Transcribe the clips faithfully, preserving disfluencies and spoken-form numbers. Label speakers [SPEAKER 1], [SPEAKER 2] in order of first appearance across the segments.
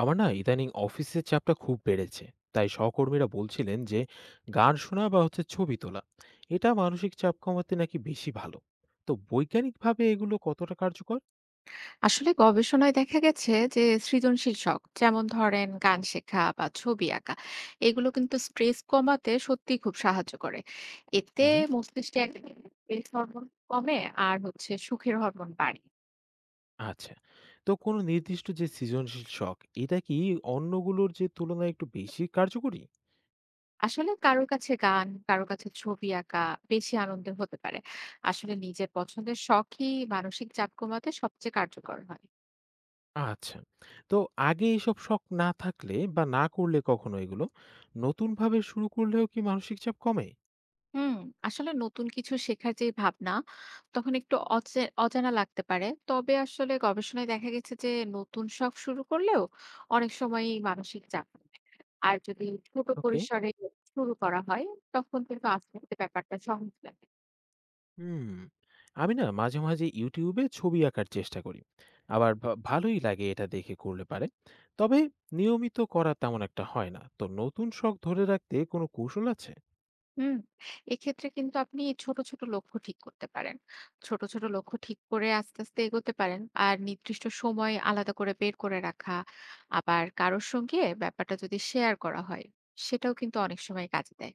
[SPEAKER 1] আমার না ইদানিং অফিসের চাপটা খুব বেড়েছে, তাই সহকর্মীরা বলছিলেন যে গান শোনা বা হচ্ছে ছবি তোলা এটা মানসিক চাপ কমাতে নাকি বেশি ভালো। তো বৈজ্ঞানিকভাবে এগুলো কতটা কার্যকর?
[SPEAKER 2] আসলে গবেষণায় দেখা গেছে যে সৃজনশীল শখ যেমন ধরেন গান শেখা বা ছবি আঁকা এগুলো কিন্তু স্ট্রেস কমাতে সত্যি খুব সাহায্য করে। এতে
[SPEAKER 1] হুম।
[SPEAKER 2] মস্তিষ্কে একটা স্ট্রেস হরমোন কমে আর হচ্ছে সুখের হরমোন বাড়ে।
[SPEAKER 1] আচ্ছা, তো কোনো নির্দিষ্ট যে সৃজনশীল শখ এটা কি অন্যগুলোর যে তুলনায় একটু বেশি কার্যকরী?
[SPEAKER 2] আসলে কারোর কাছে গান কারোর কাছে ছবি আঁকা বেশি আনন্দের হতে পারে। আসলে নিজের পছন্দের শখই মানসিক চাপ কমাতে সবচেয়ে কার্যকর হয়।
[SPEAKER 1] আচ্ছা, তো আগে এসব শখ না থাকলে বা না করলে কখনো এগুলো নতুনভাবে শুরু করলেও কি মানসিক চাপ কমে?
[SPEAKER 2] হুম, আসলে নতুন কিছু শেখার যে ভাবনা তখন একটু অচে অজানা লাগতে পারে। তবে আসলে গবেষণায় দেখা গেছে যে নতুন শখ শুরু করলেও অনেক সময়ই মানসিক চাপ থাকে। আর যদি ছোট
[SPEAKER 1] ওকে।
[SPEAKER 2] পরিসরে শুরু করা হয় তখন কিন্তু আস্তে আস্তে ব্যাপারটা সহজ লাগে।
[SPEAKER 1] হুম। আমি না মাঝে মাঝে ইউটিউবে ছবি আঁকার চেষ্টা করি, আবার ভা- ভালোই লাগে এটা দেখে করলে পারে। তবে নিয়মিত করা তেমন একটা হয় না, তো নতুন শখ ধরে রাখতে কোনো কৌশল আছে?
[SPEAKER 2] হুম, এক্ষেত্রে কিন্তু আপনি ছোট, ছোট লক্ষ্য ঠিক করতে পারেন। ছোট, ছোট লক্ষ্য ঠিক করে আস্তে, আস্তে এগোতে পারেন। আর নির্দিষ্ট সময় আলাদা করে বের করে রাখা, আবার কারোর সঙ্গে ব্যাপারটা যদি শেয়ার করা হয়, সেটাও কিন্তু অনেক সময় কাজে দেয়।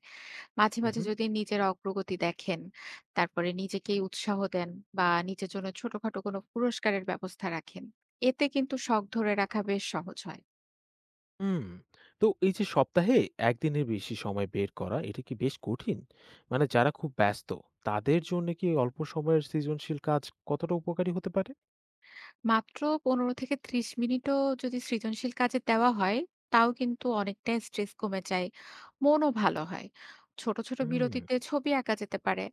[SPEAKER 2] মাঝে, মাঝে
[SPEAKER 1] হুম।
[SPEAKER 2] যদি নিজের অগ্রগতি দেখেন, তারপরে নিজেকেই উৎসাহ দেন বা নিজের জন্য ছোটখাটো কোনো পুরস্কারের ব্যবস্থা রাখেন। এতে কিন্তু শখ ধরে রাখা বেশ সহজ হয়।
[SPEAKER 1] হুম। তো এই যে সপ্তাহে একদিনের বেশি সময় বের করা এটা কি বেশ কঠিন? মানে যারা খুব ব্যস্ত, তাদের জন্য কি অল্প সময়ের সৃজনশীল কাজ কতটা উপকারী হতে পারে?
[SPEAKER 2] মাত্র পনেরো থেকে ত্রিশ মিনিটও যদি সৃজনশীল কাজে দেওয়া হয়, তাও কিন্তু অনেকটাই স্ট্রেস কমে যায়। মনও ভালো হয়। ছোট, ছোট
[SPEAKER 1] হুম।
[SPEAKER 2] বিরতিতে ছবি আঁকা যেতে পারে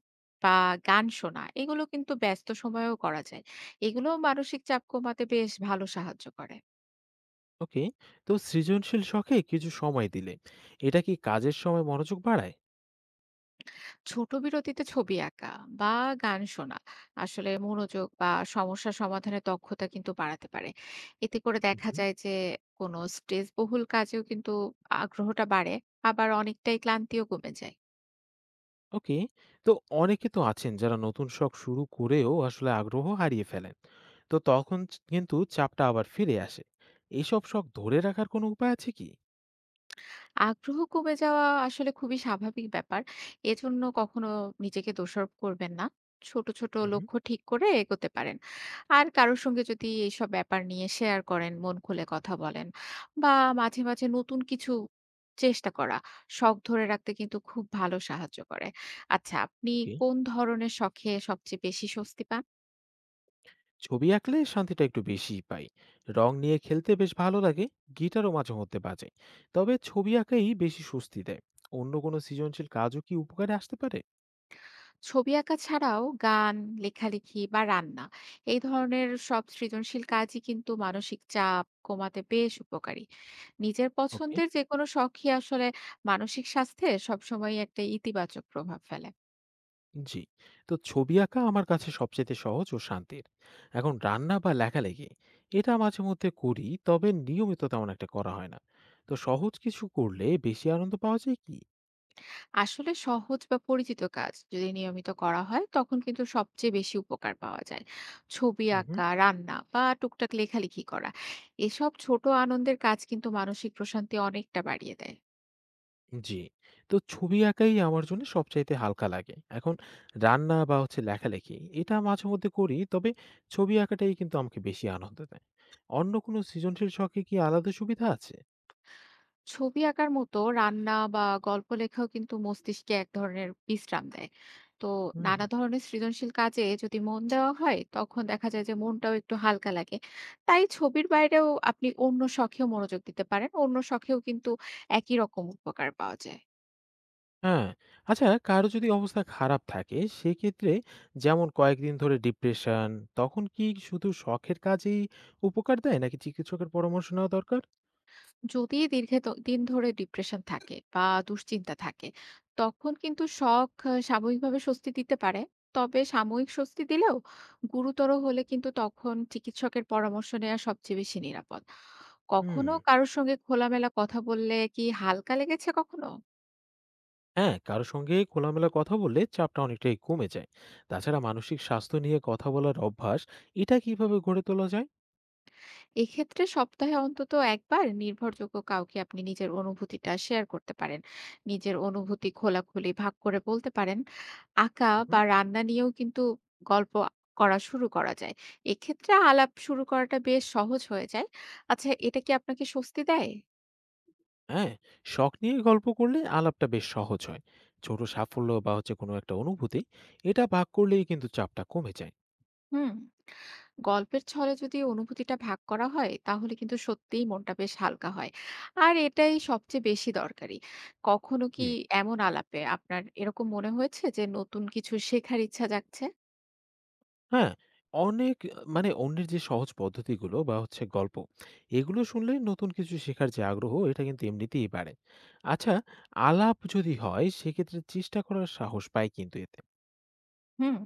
[SPEAKER 2] বা গান শোনা। এগুলো কিন্তু ব্যস্ত সময়েও করা যায়। এগুলোও মানসিক চাপ কমাতে বেশ ভালো সাহায্য করে।
[SPEAKER 1] ওকে। তো সৃজনশীল শখে কিছু সময় দিলে এটা কি কাজের সময় মনোযোগ বাড়ায়?
[SPEAKER 2] ছোট বিরতিতে ছবি আঁকা বা গান শোনা আসলে মনোযোগ বা সমস্যা সমাধানের দক্ষতা কিন্তু বাড়াতে পারে। এতে করে দেখা যায় যে কোনো স্ট্রেস বহুল কাজেও কিন্তু আগ্রহটা বাড়ে, আবার অনেকটাই ক্লান্তিও কমে যায়।
[SPEAKER 1] ওকে। তো অনেকে তো আছেন যারা নতুন শখ শুরু করেও আসলে আগ্রহ হারিয়ে ফেলেন। তো তখন চ- কিন্তু চাপটা আবার ফিরে আসে। এইসব শখ ধরে রাখার কোনো উপায় আছে কি?
[SPEAKER 2] আগ্রহ কমে যাওয়া আসলে খুবই স্বাভাবিক ব্যাপার। এজন্য কখনো নিজেকে দোষারোপ করবেন না। ছোট, ছোট
[SPEAKER 1] হুম।
[SPEAKER 2] লক্ষ্য ঠিক করে এগোতে পারেন। আর কারো সঙ্গে যদি এইসব ব্যাপার নিয়ে শেয়ার করেন, মন খুলে কথা বলেন বা মাঝে, মাঝে নতুন কিছু চেষ্টা করা, শখ ধরে রাখতে কিন্তু খুব ভালো সাহায্য করে। আচ্ছা, আপনি
[SPEAKER 1] ওকে।
[SPEAKER 2] কোন ধরনের শখে সবচেয়ে বেশি স্বস্তি পান?
[SPEAKER 1] ছবি আঁকলে শান্তিটা একটু বেশিই পাই, রং নিয়ে খেলতে বেশ ভালো লাগে। গিটারও মাঝে মধ্যে বাজাই, তবে ছবি আঁকাই বেশি স্বস্তি দেয়। অন্য কোনো সৃজনশীল কাজও কি উপকারে আসতে পারে?
[SPEAKER 2] ছবি আঁকা ছাড়াও গান, লেখালেখি বা রান্না, এই ধরনের সব সৃজনশীল কাজই কিন্তু মানসিক চাপ কমাতে বেশ উপকারী। নিজের
[SPEAKER 1] ওকে।
[SPEAKER 2] পছন্দের যেকোনো শখই আসলে মানসিক স্বাস্থ্যে সবসময় একটা ইতিবাচক প্রভাব ফেলে।
[SPEAKER 1] জি। তো ছবি আঁকা আমার কাছে সবচেয়ে সহজ ও শান্তির। এখন রান্না বা লেখালেখি এটা মাঝে মধ্যে করি, তবে নিয়মিত তেমন একটা করা হয় না। তো সহজ কিছু করলে বেশি আনন্দ পাওয়া যায় কি?
[SPEAKER 2] আসলে সহজ বা পরিচিত কাজ যদি নিয়মিত করা হয় তখন কিন্তু সবচেয়ে বেশি উপকার পাওয়া যায়। ছবি
[SPEAKER 1] উহু।
[SPEAKER 2] আঁকা, রান্না বা টুকটাক লেখালেখি করা। এসব ছোট আনন্দের কাজ কিন্তু মানসিক প্রশান্তি অনেকটা বাড়িয়ে দেয়।
[SPEAKER 1] জি। তো ছবি আঁকাই আমার জন্য সবচাইতে হালকা লাগে। এখন রান্না বা হচ্ছে লেখালেখি এটা মাঝে মধ্যে করি, তবে ছবি আঁকাটাই কিন্তু আমাকে বেশি আনন্দ দেয়। অন্য কোনো সৃজনশীল শখে কি আলাদা সুবিধা আছে?
[SPEAKER 2] ছবি আঁকার মতো রান্না বা গল্প লেখাও কিন্তু মস্তিষ্কে এক ধরনের বিশ্রাম দেয়। তো নানা
[SPEAKER 1] হুম।
[SPEAKER 2] ধরনের সৃজনশীল কাজে যদি মন দেওয়া হয় তখন দেখা যায় যে মনটাও একটু হালকা লাগে। তাই ছবির বাইরেও আপনি অন্য শখেও মনোযোগ দিতে পারেন, অন্য শখেও কিন্তু একই রকম উপকার পাওয়া যায়।
[SPEAKER 1] হ্যাঁ, আচ্ছা, কারো যদি অবস্থা খারাপ থাকে সেক্ষেত্রে, যেমন কয়েকদিন ধরে ডিপ্রেশন, তখন কি শুধু শখের কাজেই উপকার দেয় নাকি চিকিৎসকের পরামর্শ নেওয়া দরকার?
[SPEAKER 2] যদি দীর্ঘদিন ধরে ডিপ্রেশন থাকে বা দুশ্চিন্তা থাকে তখন কিন্তু শখ আহ, সাময়িকভাবে স্বস্তি দিতে পারে। তবে সাময়িক স্বস্তি দিলেও গুরুতর হলে কিন্তু তখন চিকিৎসকের পরামর্শ নেওয়া সবচেয়ে বেশি নিরাপদ।
[SPEAKER 1] হুম,
[SPEAKER 2] কখনো কারোর সঙ্গে খোলামেলা কথা বললে কি হালকা লেগেছে কখনো?
[SPEAKER 1] হ্যাঁ, কারো সঙ্গে খোলামেলা কথা বললে চাপটা অনেকটাই কমে যায়। তাছাড়া মানসিক স্বাস্থ্য নিয়ে কথা বলার অভ্যাস এটা কিভাবে গড়ে তোলা যায়?
[SPEAKER 2] এক্ষেত্রে সপ্তাহে অন্তত একবার নির্ভরযোগ্য কাউকে আপনি নিজের অনুভূতিটা শেয়ার করতে পারেন। নিজের অনুভূতি খোলাখুলি ভাগ করে বলতে পারেন। আঁকা
[SPEAKER 1] হুম,
[SPEAKER 2] বা রান্না নিয়েও কিন্তু গল্প করা শুরু করা যায়। এক্ষেত্রে আলাপ শুরু করাটা বেশ সহজ হয়ে যায়। আচ্ছা, এটা কি আপনাকে স্বস্তি দেয়?
[SPEAKER 1] হ্যাঁ, শখ নিয়ে গল্প করলে আলাপটা বেশ সহজ হয়। ছোট সাফল্য বা হচ্ছে কোনো একটা অনুভূতি এটা ভাগ করলেই কিন্তু চাপটা কমে যায়।
[SPEAKER 2] হুম, গল্পের ছলে যদি অনুভূতিটা ভাগ করা হয় তাহলে কিন্তু সত্যিই মনটা বেশ হালকা হয়। আর এটাই সবচেয়ে বেশি দরকারি। কখনো
[SPEAKER 1] জি।
[SPEAKER 2] কি এমন আলাপে আপনার এরকম মনে হয়েছে যে নতুন কিছু শেখার ইচ্ছা জাগছে?
[SPEAKER 1] হ্যাঁ, অনেক মানে অন্যের যে সহজ পদ্ধতিগুলো বা হচ্ছে গল্প, এগুলো শুনলে নতুন কিছু শেখার যে আগ্রহ এটা কিন্তু এমনিতেই বাড়ে। আচ্ছা, আলাপ যদি হয় সেক্ষেত্রে চেষ্টা করার সাহস পায় কিন্তু এতে।
[SPEAKER 2] হুম,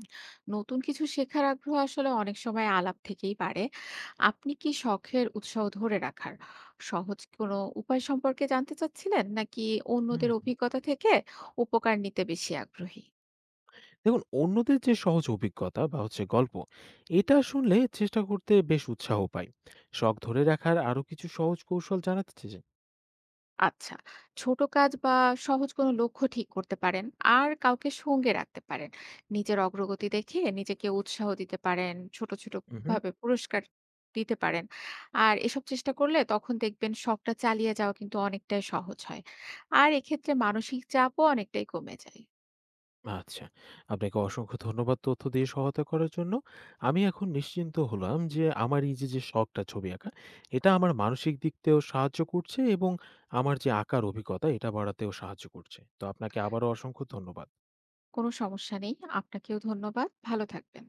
[SPEAKER 2] নতুন কিছু শেখার আগ্রহ আসলে অনেক সময় আলাপ থেকেই পারে। আপনি কি শখের উৎসাহ ধরে রাখার সহজ কোনো উপায় সম্পর্কে জানতে চাচ্ছিলেন, নাকি অন্যদের
[SPEAKER 1] হুম।
[SPEAKER 2] অভিজ্ঞতা থেকে উপকার নিতে বেশি আগ্রহী?
[SPEAKER 1] দেখুন, অন্যদের যে সহজ অভিজ্ঞতা বা হচ্ছে গল্প, এটা শুনলে চেষ্টা করতে বেশ উৎসাহ পাই। শখ ধরে রাখার আরো কিছু সহজ কৌশল জানাতে চাই।
[SPEAKER 2] আচ্ছা, ছোট কাজ বা সহজ কোনো লক্ষ্য ঠিক করতে পারেন, আর কাউকে সঙ্গে রাখতে পারেন। নিজের অগ্রগতি দেখে নিজেকে উৎসাহ দিতে পারেন, ছোট ছোট
[SPEAKER 1] হুম।
[SPEAKER 2] ভাবে পুরস্কার দিতে পারেন। আর এসব চেষ্টা করলে তখন দেখবেন শখটা চালিয়ে যাওয়া কিন্তু অনেকটাই সহজ হয়। আর এক্ষেত্রে মানসিক চাপও অনেকটাই কমে যায়।
[SPEAKER 1] আচ্ছা। আপনাকে অসংখ্য ধন্যবাদ তথ্য দিয়ে সহায়তা করার জন্য। আমি এখন নিশ্চিন্ত হলাম যে আমার এই যে, যে শখটা ছবি আঁকা, এটা আমার মানসিক দিক দিয়েও সাহায্য করছে এবং আমার যে আঁকার অভিজ্ঞতা এটা বাড়াতেও সাহায্য করছে। তো আপনাকে আবারও অসংখ্য ধন্যবাদ।
[SPEAKER 2] কোনো সমস্যা নেই, আপনাকেও ধন্যবাদ, ভালো থাকবেন।